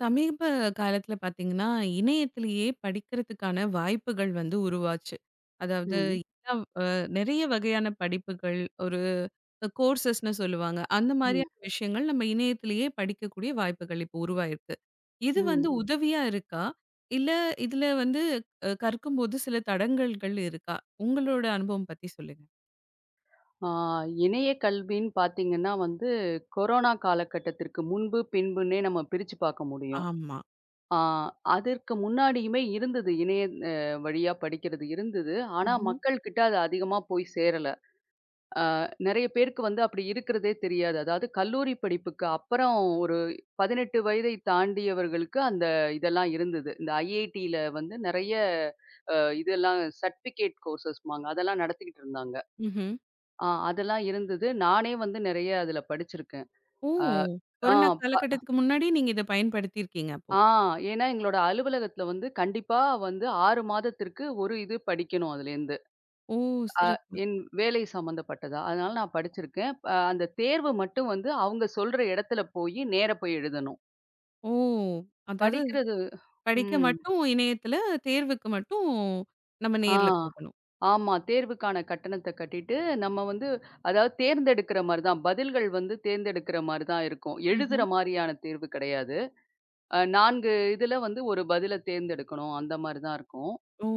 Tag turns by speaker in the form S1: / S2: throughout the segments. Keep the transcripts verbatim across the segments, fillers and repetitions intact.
S1: சமீப காலத்துல பாத்தீங்கன்னா, இணையத்திலேயே படிக்கிறதுக்கான வாய்ப்புகள் வந்து உருவாச்சு. அதாவது
S2: ம்.
S1: ம். எல்லா அ நெறைய வகையான படிப்புகள், ஒரு கோர்சஸ்ன்னு சொல்லுவாங்க. அந்த
S2: ம்.
S1: மாரியான விஷயங்கள் நம்ம இணையத்திலேயே படிக்கக்கூடிய வாய்ப்புகள் இப்போ உருவாயிருக்கு. இது
S2: ம்.
S1: வந்து ம். உதவியா இருக்கா? இல்ல இதுல வந்து அ கற்கும்போது சில தடங்கல்கள் இருக்கா? உங்களோட அனுபவம் பத்தி சொல்லுங்க.
S2: ஆ இணைய கல்வின்னு பார்த்தீங்கன்னா வந்து, கொரோனா காலகட்டத்திற்கு முன்பு, பின்புன்னே நம்ம பிரிச்சு பார்க்க முடியும்.
S1: ஆமா.
S2: ஆ அதற்கு முன்னாடியுமே இருந்தது. இணைய அ வழியா படிக்கிறது இருந்தது. ஆனா
S1: ம்ஹ்ம்.
S2: மக்கள் கிட்ட அது அதிகமா போய் சேரல. ஆ நெறைய பேருக்கு வந்து அப்படி இருக்கிறதே தெரியாது. அதாவது கல்லூரி படிப்புக்கு அப்புறம் ஒரு பதினெட்டு வயதை தாண்டியவர்களுக்கு அந்த இதெல்லாம் இருந்தது. இந்த IITல வந்து நெறைய அ இதெல்லாம் சர்டிஃபிகேட் கோர்சஸ்ம்பாங்க. அதெல்லாம் நடத்திக்கிட்டு இருந்தாங்க.
S1: ம்ஹ்ம்.
S2: ஆ அதெல்லாம் இருந்தது. நானே வந்து நெறைய அதுல படிச்சிருக்கேன்.
S1: ஓ!
S2: அ ஆ
S1: கொரோனா
S2: ப
S1: காலகட்டத்துக்கு முன்னாடி நீங்க இத பயன்படுத்தியிருக்கீங்க அப்போ.
S2: ஆ ஏன்னா எங்களோட அலுவலகத்துல வந்து கண்டிப்பா வந்து ஆறு மாதத்திற்கு ஒரு இது படிக்கணும் அதுலேருந்து.
S1: ஓ!
S2: அ
S1: சிறப்பு.
S2: என் வேலை சம்மந்தப்பட்டதா. அதனால நான் படிச்சிருக்கேன். அ அந்த தேர்வு மட்டும் வந்து அவங்க சொல்ற இடத்துல போயி நேரா போய் எழுதணும்.
S1: ஓ! அதாவது
S2: படிக்கிறது.
S1: படிக்க
S2: ம்.
S1: மட்டும் இணையத்துல, தேர்வுக்கு மட்டும் நம்ம
S2: ஆ.
S1: நேர்ல போகணும்.
S2: ஆமா. தேர்வுக்கான கட்டணத்த கட்டிட்டு நம்ம வந்து அதாவது தேர்ந்தெடுக்கிற மாரி தான். பதில்கள் வந்து தேர்ந்தெடுக்கிற மாரி தான் இருக்கும். எழுதுற
S1: ம்ஹ்ம்.
S2: மாரியான தேர்வு கிடையாது. அ நான்கு இதுல வந்து ஒரு பதில தேர்ந்தெடுக்கணும். அந்த மாரி தான் இருக்கும்.
S1: ஓ!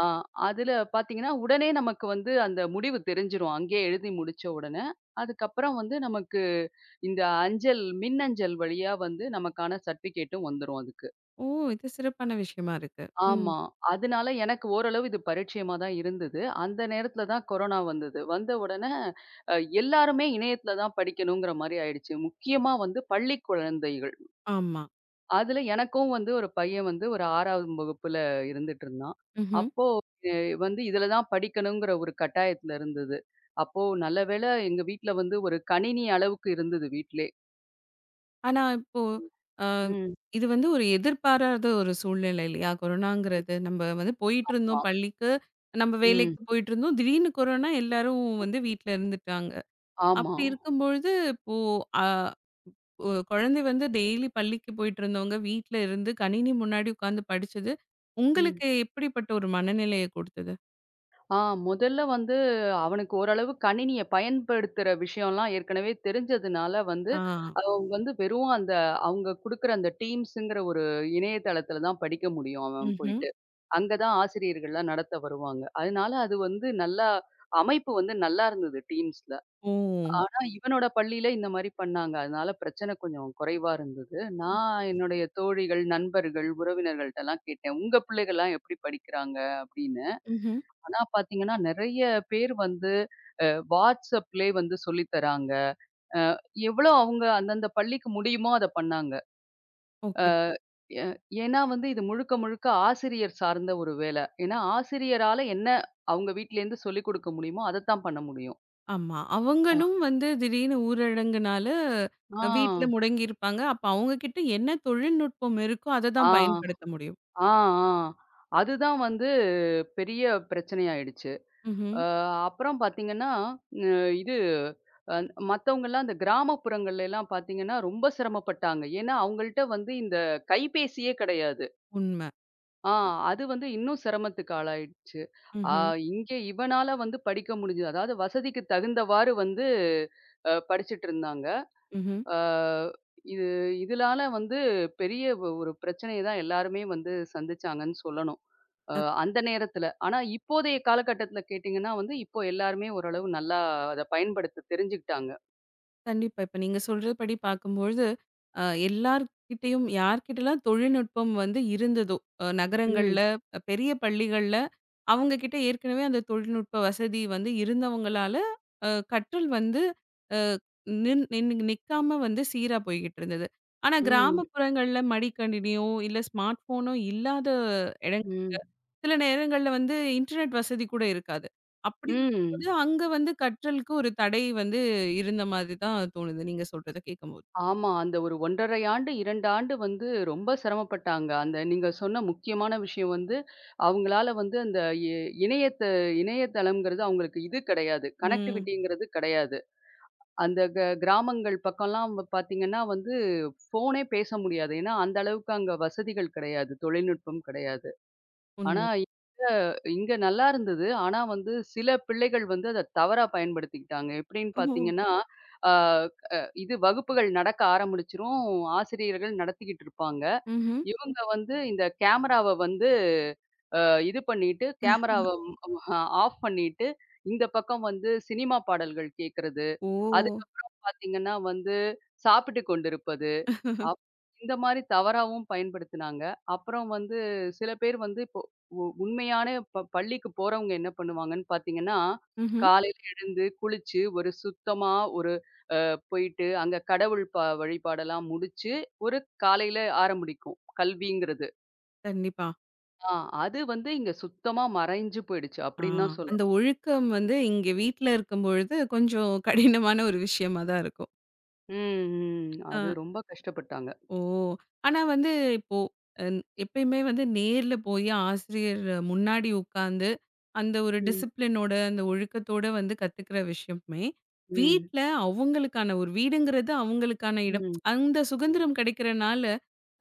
S2: ஆ அதுல பார்த்தீங்கன்னா, உடனே நமக்கு வந்து அந்த முடிவு தெரிஞ்சிரும். அங்கேயே எழுதி முடிச்ச உடனே. அதுக்கப்புறம் வந்து நமக்கு இந்த அஞ்சல் மின்னஞ்சல் வழியா வந்து நமக்கான சர்டிஃபிகேட்டும் வந்துரும் அதுக்கு.
S1: ஓ! இது சிறப்பான விஷயமா இருக்கு. ம்.
S2: ஆமா. அதனால எனக்கு ஓரளவு இது பரிட்சயமா தான் இருந்தது. அந்த நேரத்துல தான் கொரோனா வந்தது. வந்த உடனே அ எல்லாருமே இணையத்துல தான் படிக்கணுங்கிற மாரி ஆயிடுச்சு. முக்கியமா வந்து பள்ளி குழந்தைகள்.
S1: ஆமா.
S2: அதுல எனக்கும் வந்து ஒரு பையன் வந்து ஒரு ஆறாவது வகுப்புல இருந்துட்டு இருந்தான்.
S1: ம்ஹ்ம்.
S2: அப்போ எ வந்து இதுல தான் படிக்கணுங்கிற ஒரு கட்டாயத்துல இருந்தது. அப்போ நல்ல வேளை எங்க வீட்ல வந்து ஒரு கணினி அளவுக்கு இருந்தது வீட்லே.
S1: ஆனா இப்போ அ
S2: ம்.
S1: இது வந்து ஒரு எதிர்பாராத ஒரு சூழ்நிலை இல்லையா? கொரோனாங்கிறது. நம்ம வந்து
S2: ஆமா.
S1: போயிட்டுருந்தோம் பள்ளிக்கு, நம்ம
S2: ம்.
S1: வேலைக்கு போயிட்டுருந்தோம். திடீர்னு கொரோனா எல்லாரும் வந்து வீட்ல இருந்துட்டாங்க.
S2: ஆமா.
S1: அப்படி இருக்கும்பொழுது இப்போ அ ஒ குழந்தை வந்து டெய்லி பள்ளிக்கு போயிட்டு இருந்தவங்க, வீட்ல இருந்து கணினி முன்னாடி உட்கார்ந்து படிச்சது,
S2: ம்.
S1: உங்களுக்கு எப்படிப்பட்ட ஒரு மனநிலைய கொடுத்தது?
S2: ஆ முதல்ல வந்து அவனுக்கு ஓரளவு கணினிய பயன்படுத்துற விஷயம்லாம் ஏற்கனவே தெரிஞ்சதுனால வந்து
S1: ஆ.
S2: வந்து வெறும் அந்த அவங்க குடுக்குற அந்த டீம்ஸுங்கிற ஒரு இணையதளத்துல தான் படிக்க முடியும் அவன்
S1: ம்ஹ்ம்.
S2: போயிட்டு. அங்க தான் ஆசிரியர்கள்லாம் நடத்த வருவாங்க. அதனால அது வந்து நல்லா அமைப்பு வந்து நல்லா இருந்தது டீம்ஸ்ல.
S1: ஓ!
S2: ஆனா இவனோட பள்ளியில இந்த மாரி பண்ணாங்க. அதனால பிரச்சனை கொஞ்சம் குறைவா இருந்தது.
S1: ம்.
S2: நான் என்னுடைய தோழிகள், நண்பர்கள், உறவினர்கள்ட்டலாம் கேட்டேன். "உங்க பிள்ளைகள்லாம் எப்படி படிக்கிறாங்க?" அப்படின்னு.
S1: ம்ஹ்ம்.
S2: ஆனா பார்த்தீங்கன்னா, நெறைய பேர் வந்து அ Whatsappலயே வந்து சொல்லி தராங்க. அ எவ்வளோ அவங்க அந்தந்த பள்ளிக்கு முடியுமோ அத பண்ணாங்க. அ
S1: ஓகே.
S2: எ ஏன்னா வந்து இது முழுக்க முழுக்க ஆசிரியர் சார்ந்த ஒரு வேல. ஏன்னா ஆசிரியரால என்ன அவங்க வீட்லேருந்து சொல்லிக் குடுக்க முடியுமோ, அதத்தான் பண்ண முடியும்.
S1: ஆமா.
S2: அ,
S1: அவங்களும் வந்து திடீர்னு ஊரடங்குனால அ வீட்ல
S2: ஆ,
S1: முடங்கியிருப்பாங்க. அப்ப அவங்க கிட்ட என்ன தொழில்நுட்பம் இருக்கோ, அத
S2: ஆ,
S1: தான் பயன்படுத்த முடியும்.
S2: ஆ, ஆ. அதுதான் வந்து பெரிய பிரச்சனையாயிடுச்சு.
S1: ம்ஹ்ம்.
S2: அ அப்புறம் பார்த்தீங்கன்னா, அ இது அ மத்தவங்கலாம் அந்த கிராமப்புறங்கள்லலாம் பார்த்தீங்கன்னா, ரொம்ப சிரமப்பட்டாங்க. ஏன்னா அவங்கள்ட்ட வந்து இந்த கைபேசியே கிடையாது.
S1: உண்ம.
S2: ஆ
S1: அ.
S2: அது வந்து இன்னும் சிரமத்துக்கு ஆளாயிடுச்சு. ஆ
S1: ம்ஹ்ம்.
S2: இங்கே இவனால வந்து படிக்க முடிஞ்சது. அதாவது வசதிக்கு தகுந்தவாறு வந்து அ படிச்சுட்டு இருந்தாங்க.
S1: ம்ஹ்ம்.
S2: ஆ இது இதனால வந்து பெரிய ஒ ஒரு பிரச்சனைய தான் எல்லாருமே வந்து சந்திச்சாங்கன்னு சொல்லணும். அ அந்த நேரத்தில. ஆனா இப்போதைய காலகட்டத்தில கேட்டீங்கன்னா வந்து, இப்போ எல்லாருமே ஓரளவு நல்லா அத பயன்படுத்த தெரிஞ்சுக்கிட்டாங்க.
S1: கண்டிப்பா. இப்ப நீங்க சொல்றபடி பார்க்கும்பொழுது, அ எல்லார்கிட்டயும் யார்கிட்டலாம் தொழில்நுட்பம் வந்து இருந்ததோ, அ
S2: ம்.
S1: நகரங்கள்ல, அ பெரிய பள்ளிகள்ல அவங்க கிட்ட ஏற்கனவே அந்த தொழில்நுட்ப வசதி வந்து இருந்தவங்களால, அ கற்றல் வந்து அ நின் நின்னு நிக்காம வந்து சீரா போய்க்கிட்டு இருந்தது. ஆனா
S2: ம்.
S1: கிராமப்புறங்கள்ல மடிக்கணினியோ, இல்ல ஸ்மார்ட் ஃபோனோ இல்லாத இடங்கள்
S2: ம்.
S1: சில நேரங்கள்ல வந்து இன்டர்நெட் வசதி கூட இருக்காது. அப்படி
S2: ம்.
S1: இருக்கும்போது அங்க வந்து கற்றலுக்கு ஒரு தடை வந்து இருந்த மாதிரி தான் தோணுது, நீங்க சொல்றத கேட்கும்போது.
S2: ஆமா. அந்த ஒரு ஒன்றரை ஆண்டு, இரண்டு ஆண்டு வந்து ரொம்ப சிரமப்பட்டாங்க. அந்த நீங்க சொன்ன முக்கியமான விஷயம் வந்து, அவங்களால வந்து அந்த இ இணையத்த இணையதளம்ங்கிறது அவங்களுக்கு இது கிடையாது.
S1: ம்.
S2: கனெக்டிவிட்டிங்கிறது கிடையாது. அந்த க கிராமங்கள் பக்கம்லாம் வ பார்த்தீங்கன்னா வந்து, ஃபோனே பேச முடியாது. ஏன்னா, அந்த அளவுக்கு அங்க வசதிகள் கிடையாது. தொழில்நுட்பம் கிடையாது. ஆனா,
S1: உண்ம.
S2: இங்க நல்லா இருந்தது. ஆனா வந்து சில பிள்ளைகள் வந்து அத தவறா பயன்படுத்திக்கிட்டாங்க. எப்படின்னு
S1: ஓ!
S2: பார்த்தீங்கன்னா, ஆ அ இது வகுப்புகள் நடக்க ஆரம்பிச்சுரும். ஆசிரியர்கள் நடத்திக்கிட்டு இருப்பாங்க.
S1: ம்ஹ்ம்.
S2: இவங்க வந்து இந்த கேமராவ வந்து அ இது பண்ணிட்டு கேமராவ ஆஃப் பண்ணிட்டு, இந்த பக்கம் வந்து சினிமா பாடல்கள் கேட்கறது,
S1: ஓ!
S2: அதுக்கு பார்த்தீங்கன்னா வந்து சாப்பிட்டு கொண்டிருப்பது. அப் இந்த மாரி தவறாவும் பயன்படுத்துனாங்க. அப்புறம் வந்து சில பேர் வந்து இப்போ உ உண்மையான ப பள்ளிக்கு போறவங்க என்ன பண்ணுவாங்கன்னு பார்த்தீங்கன்னா,
S1: ம்ஹ்ம்.
S2: காலையில எழுந்து, குளிச்சு, ஒரு சுத்தமா ஒரு போயிட்டு அங்க கடவுள் ப வழிபாடெல்லாம் முடிச்சு, ஒரு காலையில ஆரம்பிக்கும். கல்விங்கிறது.
S1: கண்டிப்பா.
S2: ஆ அது வந்து இங்க சுத்தமா மறைஞ்சு போயிடுச்சு
S1: ஆ
S2: அப்படின்னு தான்
S1: அந்த
S2: சொல்லணும்.
S1: ஒழுக்கம் வந்து இங்க வீட்ல இருக்கும்பொழுது கொஞ்சம் கடினமான ஒரு விஷயமா தான் இருக்கும்.
S2: ம், ம்.
S1: ஆ.
S2: அது ரொம்ப கஷ்டப்பட்டாங்க.
S1: ஓ! ஆனா வந்து இப்போ அன் எப்பயுமே வந்து நேர்ல போயி ஆசிரியர் முன்னாடி உட்காந்து, அந்த ஒரு
S2: ம்,
S1: டிசிப்ளினோட, அந்த ஒழுக்கத்தோட வந்து கத்துக்கிற விஷயமே,
S2: ம்,
S1: வீட்ல அவங்களுக்கான ஒரு வீடுங்கிறது அவங்களுக்கான இடம்.
S2: ம்,
S1: அந்த சுதந்திரம் கிடைக்கிறனால,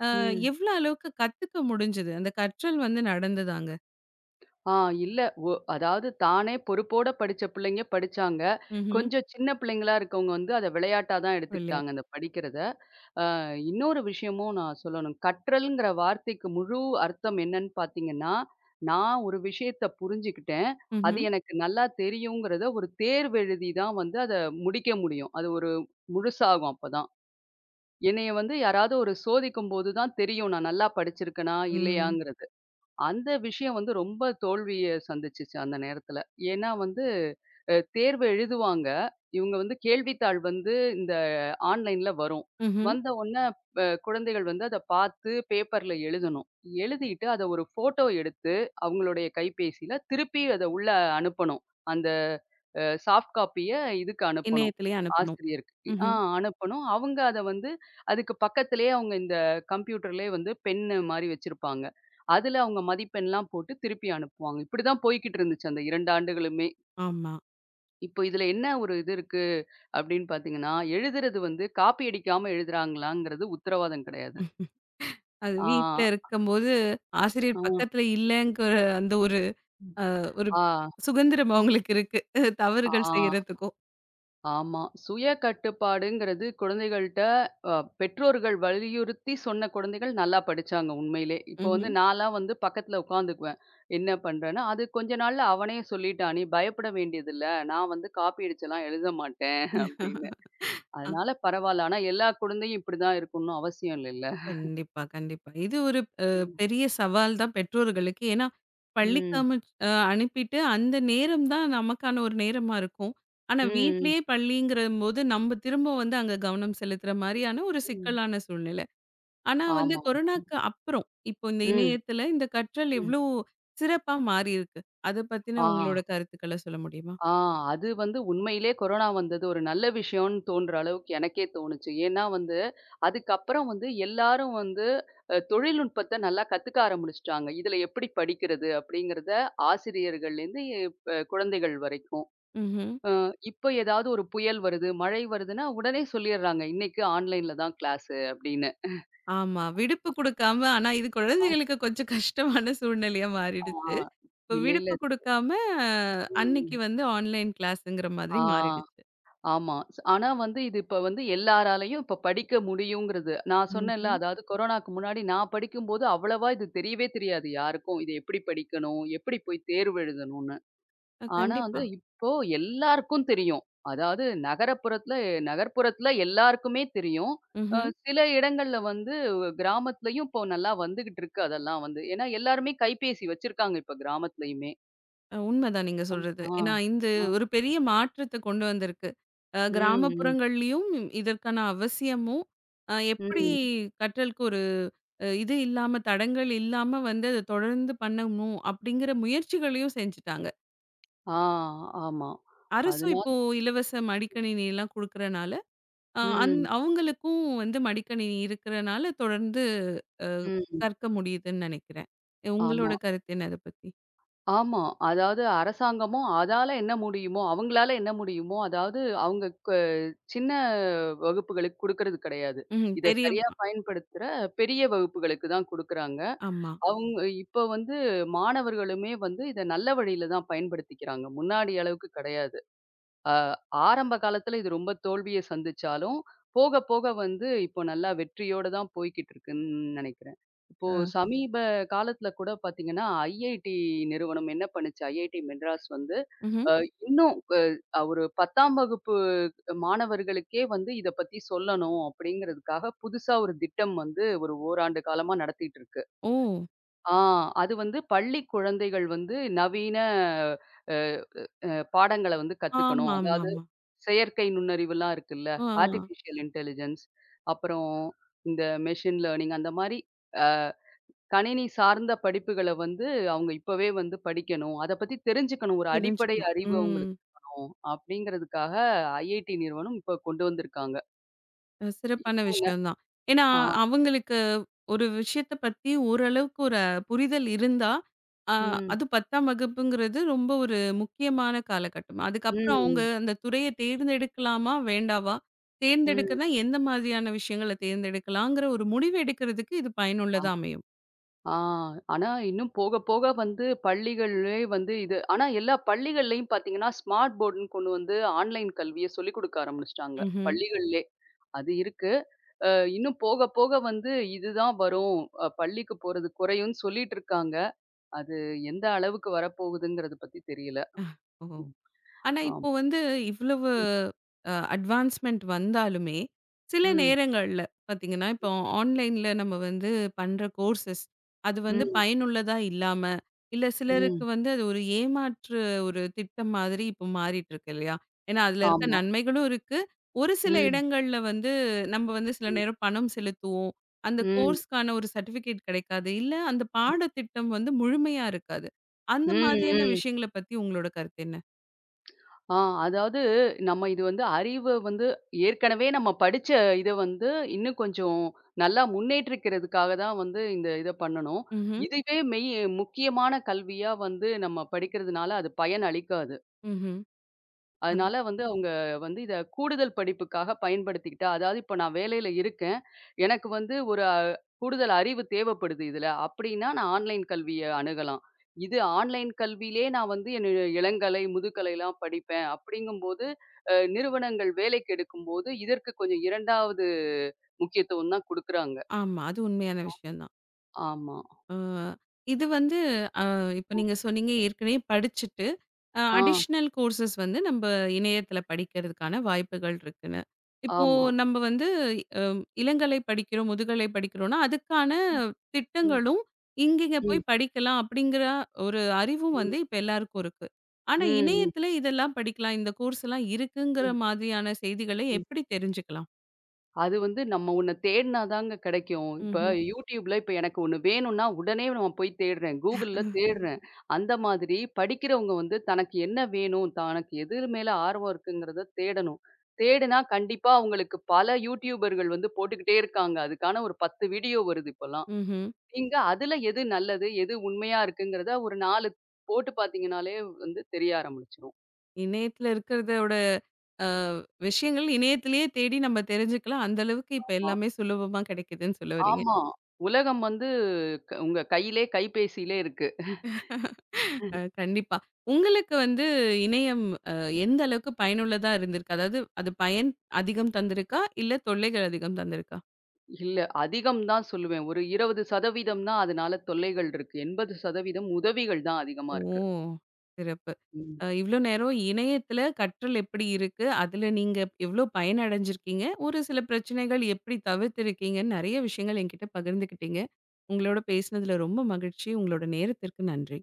S1: அ
S2: ம்.
S1: எவ்ளோ அளவுக்கு கத்துக்க முடிஞ்சது? அந்த கற்றல் வந்து நடந்ததாங்க?
S2: ஆ இல்ல. ஒ அதாவது தானே பொறுப்போட படிச்ச பிள்ளைங்க படிச்சாங்க.
S1: ம்ஹ்ம்.
S2: கொஞ்சம் சின்ன பிள்ளைங்களா இருக்கவங்க வந்து அத விளையாட்டா தான்
S1: விளையாட்
S2: எடுத்துக்கிட்டாங்க அந்த படிக்கிறத. அ இன்னொரு விஷயமும் நான் சொல்லணும். கற்றல்ங்கிற வார்த்தைக்கு முழு அர்த்தம் என்னன்னு பார்த்தீங்கன்னா, நான் ஒரு விஷயத்த புரிஞ்சுக்கிட்டேன். அது
S1: ம்ஹ்ம்.
S2: எனக்கு நல்லா தெரியுங்கிறத ஒரு தேர்வு எழுதி தான் வந்து அத முடிக்க முடியும். அது ஒரு முழுசாகும் அப்பதான். என்னைய வந்து யாராவது ஒரு சோதிக்கும்போது தான் தெரியும் நான் நல்லா படிச்சிருக்கனா,
S1: ம்.
S2: இல்லையாங்கிறது. அந்த விஷயம் வந்து ரொம்ப தோல்விய சந்திச்சுச்சு அந்த நேரத்துல. ஏன்னா வந்து அ தேர்வு எழுதுவாங்க. இவங்க வந்து கேள்வித்தாள் வந்து இந்த ஆன்லைன்ல வரும்.
S1: ம்ஹ்ம்.
S2: வந்த உடனே அ குழந்தைகள் வந்து அத பார்த்து பேப்பர்ல எழுதணும். எழுதிட்டு அத ஒரு ஃபோட்டோ எடுத்து அவங்களுடைய கைபேசியில திருப்பி அத உள்ள அனுப்பணும். அந்த அ சாஃப்ட் காப்பிய இதுக்கு அனுப்பணும்.
S1: இணையத்திலேயே அனுப்பணும்.
S2: ஆசிரியருக்கு. ஆ
S1: ம்ஹ்ம்.
S2: அனுப்பணும். அவங்க அத வந்து அதுக்கு பக்கத்திலேயே அவங்க இந்த கம்ப்யூட்டர்லேயே வந்து பென்னு மாரி வச்சிருப்பாங்க. அதுல அவங்க மதிப்பெண்லாம் போட்டு திருப்பி அனுப்புவாங்க. இப்படிதான் போய்க்கிட்டு இருந்துச்சு அந்த இரண்டு ஆண்டுகளுமே.
S1: ஆமா.
S2: இப்போ இதுல என்ன ஒரு இது இருக்கு அப்படின்னு பார்த்தீங்கன்னா, எழுதுறது வந்து காப்பி அடிக்காம எழுதுறாங்களாங்கிறது உத்தரவாதம் கிடையாது.
S1: அது
S2: ஆ,
S1: வீட்ல இருக்கும்போது,
S2: ஆ,
S1: ஆசிரியர் பக்கத்துல இல்லங்கிற அந்த ஒரு
S2: ம்.
S1: ஒரு
S2: ஆ,
S1: சுதந்திரம் அவங்களுக்கு இருக்கு. அஹ்
S2: ஆ,
S1: தவறுகள் செய்யறதுக்கும்.
S2: ஆமா. சுய கட்டுப்பாடுங்கிறது குழந்தைகள்ட்ட அ பெற்றோர்கள் வலியுறுத்தி சொன்ன குழந்தைகள் நல்லா படிச்சாங்க உண்மையிலே. இப்போ வந்து
S1: ம்ஹ்ம்.
S2: நான்லாம் வந்து பக்கத்துல உட்காந்துக்குவேன். என்ன பண்றேன்னா, அது கொஞ்ச நாள்ல அவனே சொல்லிட்டான், "நீ பயப்பட வேண்டியதில்ல. நான் வந்து காப்பி அடிச்செல்லாம் எழுத மாட்டேன்" அப்படின்னு.
S1: ஆ
S2: அதனால பரவால்ல. ஆனா எல்லா குழந்தையும் இப்படிதான் இருக்கணும்னு அவசியம் இல்லல்ல.
S1: கண்டிப்பா, கண்டிப்பா. இது ஒரு அ பெரிய சவால் தான் பெற்றோர்களுக்கு. ஏன்னா, பள்ளிக்கு
S2: ம்.
S1: அமிச் அ அனுப்பிட்டு அந்த நேரம் தான் நமக்கான ஒரு நேரமா இருக்கும். ஆனா,
S2: ம்.
S1: வீட்லயே பள்ளிங்கிறம்போது நம்ம திரும்ப வந்து அங்க கவனம் செலுத்துற மாரியான ஒரு
S2: ம்.
S1: சிக்கலான சூழ்நிலை. ஆனா வந்து
S2: ஆமா.
S1: கொரோனாக்கு அப்புறம், இப்போ இந்த
S2: ம்.
S1: இணையத்துல இந்த கற்றல்
S2: ம்.
S1: எவ்ளோ சிறப்பா மாறியிருக்கு. அத
S2: ஆ,
S1: பத்தின உங்களோட கருத்துக்கள சொல்ல முடியுமா?
S2: ஆ. அது வந்து உண்மையிலே கொரோனா வந்தது ஒரு நல்ல விஷயம்னு தோன்ற அளவுக்கு எனக்கே தோணுச்சு. ஏன்னா வந்து, அதுக்கப்புறம் வந்து எல்லாரும் வந்து அ தொழில்நுட்பத்த நல்லா கத்துக்க ஆரம்பிச்சுட்டாங்க. இதுல எப்படி படிக்கிறது அப்படிங்கிறத ஆசிரியர்கள்லேருந்து அ குழந்தைகள் வரைக்கும்.
S1: ம்ஹ்ம்.
S2: அ இப்ப ஏதாவது ஒரு புயல் வருது, மழை வருதுன்னா உடனே சொல்லிர்றாங்க. இன்னைக்கு ஆன்லைன்ல தான் கிளாஸு அப்படின்னு.
S1: ஆமா. விடுப்பு குடுக்காம ஆனா இது குழந்தைகளுக்கு கொஞ்சம் கஷ்டமான சூழ்நிலையா
S2: ஆ.
S1: மாறிடுச்சு. இப்ப
S2: இல்ல, இல்ல.
S1: விடுப்பு குடுக்காம அன்னைக்கு
S2: ம்.
S1: வந்து ஆன்லைன் கிளாஸ்ங்கிற மாதிரி
S2: ஆ.
S1: மாறிடுச்சு.
S2: ஆமா. ஸ் ஆனா வந்து இது இப்ப வந்து எல்லாராலயும் இப்ப படிக்க முடியுங்கிறது. நான் சொன்னேன்ல,
S1: ம்ஹ்ம்.
S2: அதாவது கொரோனாக்கு முன்னாடி நான் படிக்கும்போது அவ்வளவா இது தெரியவே தெரியாது யாருக்கும். இது எப்படி படிக்கணும்? எப்படி போய் தேர்வு எழுதணும்னு.
S1: அ
S2: ஆனா
S1: கண்டிப்பா.
S2: வந்து இப்போ எல்லாருக்கும் தெரியும். அதாவது நகரப்புறத்துல நகர்ப்புறத்துல எல்லாருக்குமே தெரியும். அ
S1: ம்ஹ்ம்.
S2: சில இடங்கள்ல வந்து கிராமத்துலயும் இப்போ நல்லா வந்துகிட்டு இருக்கு அதெல்லாம் வந்து. ஏன்னா எல்லாருமே கைபேசி வச்சிருக்காங்க இப்ப கிராமத்துலயுமே.
S1: அ உண்மதான் நீங்க
S2: ஆ.
S1: சொல்றது.
S2: ஆ.
S1: ஏன்னா இது
S2: ஆ.
S1: ஒரு பெரிய மாற்றத்த கொண்டு வந்திருக்கு. அ
S2: ம்,
S1: கிராமப்புறங்கள்லயும் இதற்கான அவசியமும், அ
S2: ம்,
S1: எப்படி
S2: ம்.
S1: கற்றலுக்கு ஒரு அ இது இல்லாம, தடங்கள் இல்லாம வந்து அத தொடர்ந்து பண்ணணும் அப்படிங்கிற முயற்சிகளையும் செஞ்சுட்டாங்க.
S2: ஆ, ஆமா.
S1: அரசும்
S2: அதனால
S1: இப்போ இலவச மடிக்கணினி எல்லாம் குடுக்கறனால, அ அந்
S2: ம்,
S1: அவங்களுக்கும் வந்து மடிக்கணினி இருக்கறனால தொடர்ந்து அ
S2: ம்.
S1: கற்க முடியுதுன்னு நெனைக்கிறேன். உங்களோட
S2: ஆமா,
S1: கருத்து என்ன அத பத்தி?
S2: ஆமா. அதாவது அரசாங்கமும் அதால என்ன முடியுமோ, அவங்களால என்ன முடியுமோ, அதாவது அவங்க க சின்ன வகுப்புகளுக்கு குடுக்கறது கிடையாது.
S1: ம்.
S2: இத
S1: தெரிய
S2: சரியா பயன்படுத்துற பெரிய வகுப்புகளுக்கு தான் குடுக்குறாங்க.
S1: ஆமா.
S2: அவங்க இப்ப வந்து மாணவர்களுமே வந்து இத நல்ல வழியில தான் பயன்படுத்திக்கிறாங்க. முன்னாடி அளவுக்கு கிடையாது. அ ஆரம்ப காலத்துல இது ரொம்ப தோல்விய சந்திச்சாலும், போக போக வந்து இப்போ நல்லா வெற்றியோட தான் போய்க்கிட்டு இருக்குன்னு நெனைக்கிறேன். இப்போ
S1: அ
S2: சமீப காலத்துல கூட பாத்தீங்கன்னா, ஐஐடி நிறுவனம் என்ன பண்ணுச்சு? ஐஐடி மெட்ராஸ் வந்து
S1: ம்ஹ்ம்.
S2: அ இன்னும் அ ஒரு பத்தாம் வகுப்பு மாணவர்களுக்கே வந்து இத பத்தி சொல்லணும் அப்படிங்கிறதுக்காக புதுசா ஒரு திட்டம் வந்து ஒரு ஓராண்டு காலமா நடத்திட்டு இருக்கு.
S1: ஓ!
S2: ஆ அது வந்து பள்ளி குழந்தைகள் வந்து நவீன அ அ பாடங்கள வந்து கத்துக்கணும். அதாவது
S1: ஆமாமாமா.
S2: செயற்கை நுண்ணறிவுலாம் இருக்குல்ல.
S1: ஆ
S2: ஆர்ட்டிஃபிஷியல் இன்டெலிஜென்ஸ் அப்புறம் இந்த மெஷின் லேர்னிங் அந்த மாரி அ கணினி சார்ந்த படிப்புகள வந்து அவங்க இப்பவே வந்து படிக்கணும். அத பத்தி தெரிஞ்சுக்கணும். ஒரு அடிப்படை
S1: தெரிஞ்சுக்கணும்.
S2: அறிவு
S1: ம்.
S2: அவங்களுக்கு இருக்கணும். அப்படிங்கிறதுக்காக ஐஐடி நிறுவனம் இப்ப கொண்டு வந்திருக்காங்க.
S1: அ சிறப்பான
S2: இப்போ ந
S1: விஷயம் தான். ஏன்னா,
S2: ஆ.
S1: அவங்களுக்கு ஒரு விஷயத்த பத்தி ஓரளவுக்கு ஒரு புரிதல் இருந்தா, அ
S2: ம்.
S1: அது பத்தாம் வகுப்புங்கிறது ரொம்ப ஒரு முக்கியமான காலகட்டம். அதுக்கப்புறம் அவங்க
S2: ம்.
S1: அந்த துறைய தேர்ந்தெடுக்கலாமா? வேண்டாவா?
S2: ம்.
S1: தேர்ந்தெடுக்கன்னா எந்த மாதிரியான விஷயங்கள தேர்ந்தெடுக்கலாங்கிற ஒரு முடிவு எடுக்கிறதுக்கு இது பயனுள்ளதா அமையும்.
S2: ஆ. ஆனா, இன்னும் போக போக வந்து பள்ளிகள்லே வந்து இது ஆனா எல்லா பள்ளிகள்லயும் பார்த்தீங்கன்னா, ஸ்மார்ட் போர்டுன்னு கொண்டு வந்து ஆன்லைன் கல்விய சொல்லிக் கொடுக்க ஆரம்பிச்சுட்டாங்க,
S1: ம்ஹ்ம்.
S2: பள்ளிகள்லே. அது இருக்கு. அ இன்னும் போக போக வந்து இதுதான் வரும். அ பள்ளிக்கு போறது குறையும்ன்னு சொல்லிட்டு இருக்காங்க. அது எந்த அளவுக்கு வரப்போகுதுங்கிறத பத்தி தெரியல.
S1: ஓ!
S2: ம்.
S1: ஆனா, இப்போ
S2: ஆம்.
S1: வந்து இவ்வளவு அ அட்வான்ஸ்மென்ட் வந்தாலுமே, சில
S2: ம்.
S1: நேரங்கள்ல பார்த்தீங்கன்னா, இப்போ ஆன்லைன்ல நம்ம வந்து பண்ற கோர்சஸ் அது வந்து
S2: ம்.
S1: பயனுள்ளதா இல்லாம, இல்ல சிலருக்கு
S2: ம்.
S1: வந்து அது ஒரு ஏமாற்று ஒரு திட்டம் மாதிரி இப்போ மாறிட்டு இருக்கு இல்லையா? ஏன்னா, அதுல இருக்க
S2: ஆமா.
S1: நன்மைகளும் இருக்கு. ஒரு சில
S2: ம்.
S1: இடங்கள்ல வந்து நம்ம வந்து சில
S2: ம்.
S1: நேரம் பணம் செலுத்துவோம். அந்த
S2: ம்.
S1: கோர்ஸ்க்கான ஒரு சர்டிஃபிகேட் கிடைக்காது. இல்ல அந்த
S2: ம்.
S1: பாடத்திட்டம் வந்து முழுமையா இருக்காது. அந்த
S2: ம்.
S1: மாதிரியான
S2: ம்.
S1: விஷயங்கள பத்தி உங்களோட கருத்து என்ன?
S2: ஆ அதாவது நம்ம இது வந்து அறிவு வந்து ஏற்கனவே நம்ம படிச்ச இத வந்து இன்னும் கொஞ்சம் நல்லா முன்னேற்றிக்கிறதுக்காக தான் வந்து இந்த இத பண்ணணும்.
S1: ம்ஹ்ம்.
S2: இதுவே மெய் முக்கியமான கல்வியா வந்து நம்ம படிக்கிறதுனால அது பயன் அளிக்காது.
S1: ம்ஹ்ம். அது.
S2: அதனால வந்து அவங்க வந்து இத கூடுதல் படிப்புக்காக பயன்படுத்திக்கிட்டா, அதாவது இப்ப நான் வேலையில இருக்கேன். எனக்கு வந்து ஒரு அ கூடுதல் அறிவு தேவைப்படுது இதுல. அப்படின்னா நான் ஆன்லைன் கல்விய அணுகலாம். இது ஆன்லைன் கல்வியிலே நான் வந்து என் இளங்கலை, முதுகலைலாம் படிப்பேன் அப்படிங்கும்போது, அ நிறுவனங்கள் வேலைக்கு எடுக்கும்போது, இதற்கு கொஞ்சம் இரண்டாவது முக்கியத்துவம் தான் குடுக்குறாங்க.
S1: ஆமா. அது உண்மையான விஷயம் தான்.
S2: ஆமா.
S1: அ இது வந்து அ இப்ப நீங்க சொன்னீங்க ஏற்கனவே படிச்சுட்டு, அ
S2: ஆ
S1: அடிஷனல் கோர்சஸ் வந்து நம்ப இணையத்தில படிக்கிறதுக்கான வாய்ப்புகள் இருக்குன்னு. இப்போ
S2: ஆமா.
S1: நம்ப வந்து அ இளங்கலை படிக்கிறோம், முதுகலை படிக்கிறோம்னா, அதுக்கான
S2: ம், ம்,
S1: திட்டங்களும், இங்கங்க
S2: ம்,
S1: போய் படிக்கலாம் அப்படிங்கிற ஒரு அறிவும்
S2: ம்,
S1: வந்து இப்ப எல்லாருக்கும் இருக்கு. ஆனா
S2: ம்,
S1: இணையத்தில இதெல்லாம் படிக்கலாம், இந்த கோர்ஸ்லாம் இருக்குங்கிற
S2: ம்,
S1: மாதிரியான செய்திகளை
S2: ம்.
S1: எப்படி தெரிஞ்சுக்கலாம்?
S2: அது வந்து நம்ம ஒண்ண தேடுனா தாங்க கிடைக்கும். இப்ப
S1: ம்ஹ்ம்.
S2: YouTubeல இப்ப எனக்கு ஒண்ணு வேணும்னா, உடனே நம்ம போய் தேடுறேன். Googleல தேடுறேன். அந்த மாதிரி படிக்கிறவங்க வந்து தனக்கு என்ன வேணும்? தனக்கு எது மேல ஆர்வம் இருக்குங்கிறத தேடணும். தேடுனா கண்டிப்பா அவங்களுக்கு பல YouTuberகள் வந்து போட்டுக்கிட்டே இருக்காங்க. அதுக்கான ஒரு பத்து வீடியோ வருது இப்பலாம்.
S1: ம்ஹ்ம்.
S2: நீங்க அதுல எது நல்லது? எது உண்மையா இருக்குங்கிறத ஒரு நான்கு போட்டு பார்த்தீங்கனாலே வந்து தெரிய ஆரம்பிச்சுரும்.
S1: இணையத்துல இருக்கிறதோட அ விஷயங்கள் இணையத்திலேயே தேடி நம்ம தெரிஞ்சுக்கலாம். அந்த அளவுக்கு இப்ப
S2: ஆமா.
S1: எல்லாமே சுலபமா கிடைக்குதுன்னு சொல்ல வர்றீங்க.
S2: ஆமா. உலகம் வந்து க உங்க கையிலே கைபேசியிலே இருக்கு.
S1: அ கண்டிப்பா. உங்களுக்கு வந்து இணையம் அ எந்த அளவுக்கு பயனுள்ளதா இருந்திருக்கு? அதாவது அது பயன் அதிகம் தந்திருக்கா? இல்ல தொல்லைகள் அதிகம் தந்திருக்கா?
S2: இல்ல. அதிகம் தான் சொல்லுவேன். ஒரு இருபது சதவீதம் தான் அதனால தொல்லைகள் இருக்கு. எண்பது சதவீதம் உதவிகள் தான் அதிகமா
S1: ஓ!
S2: இருக்கு.
S1: சிறப்பு.
S2: ம்.
S1: அ இவ்ளோ நேரம் இணையத்தில கற்றல் எப்படி இருக்கு? அதில நீங்க எவ்ளோ பயனடைஞ்சிருக்கீங்க? ஒரு சில பிரச்சனைகள் எப்படி தவிர்த்திருக்கீங்கன்னு நெறைய விஷயங்கள் என்கிட்ட பகிர்ந்துக்கிட்டீங்க. உங்களோட பேசினதில ரொம்ப மகிழ்ச்சி. உங்களோட நேரத்திற்கு நன்றி.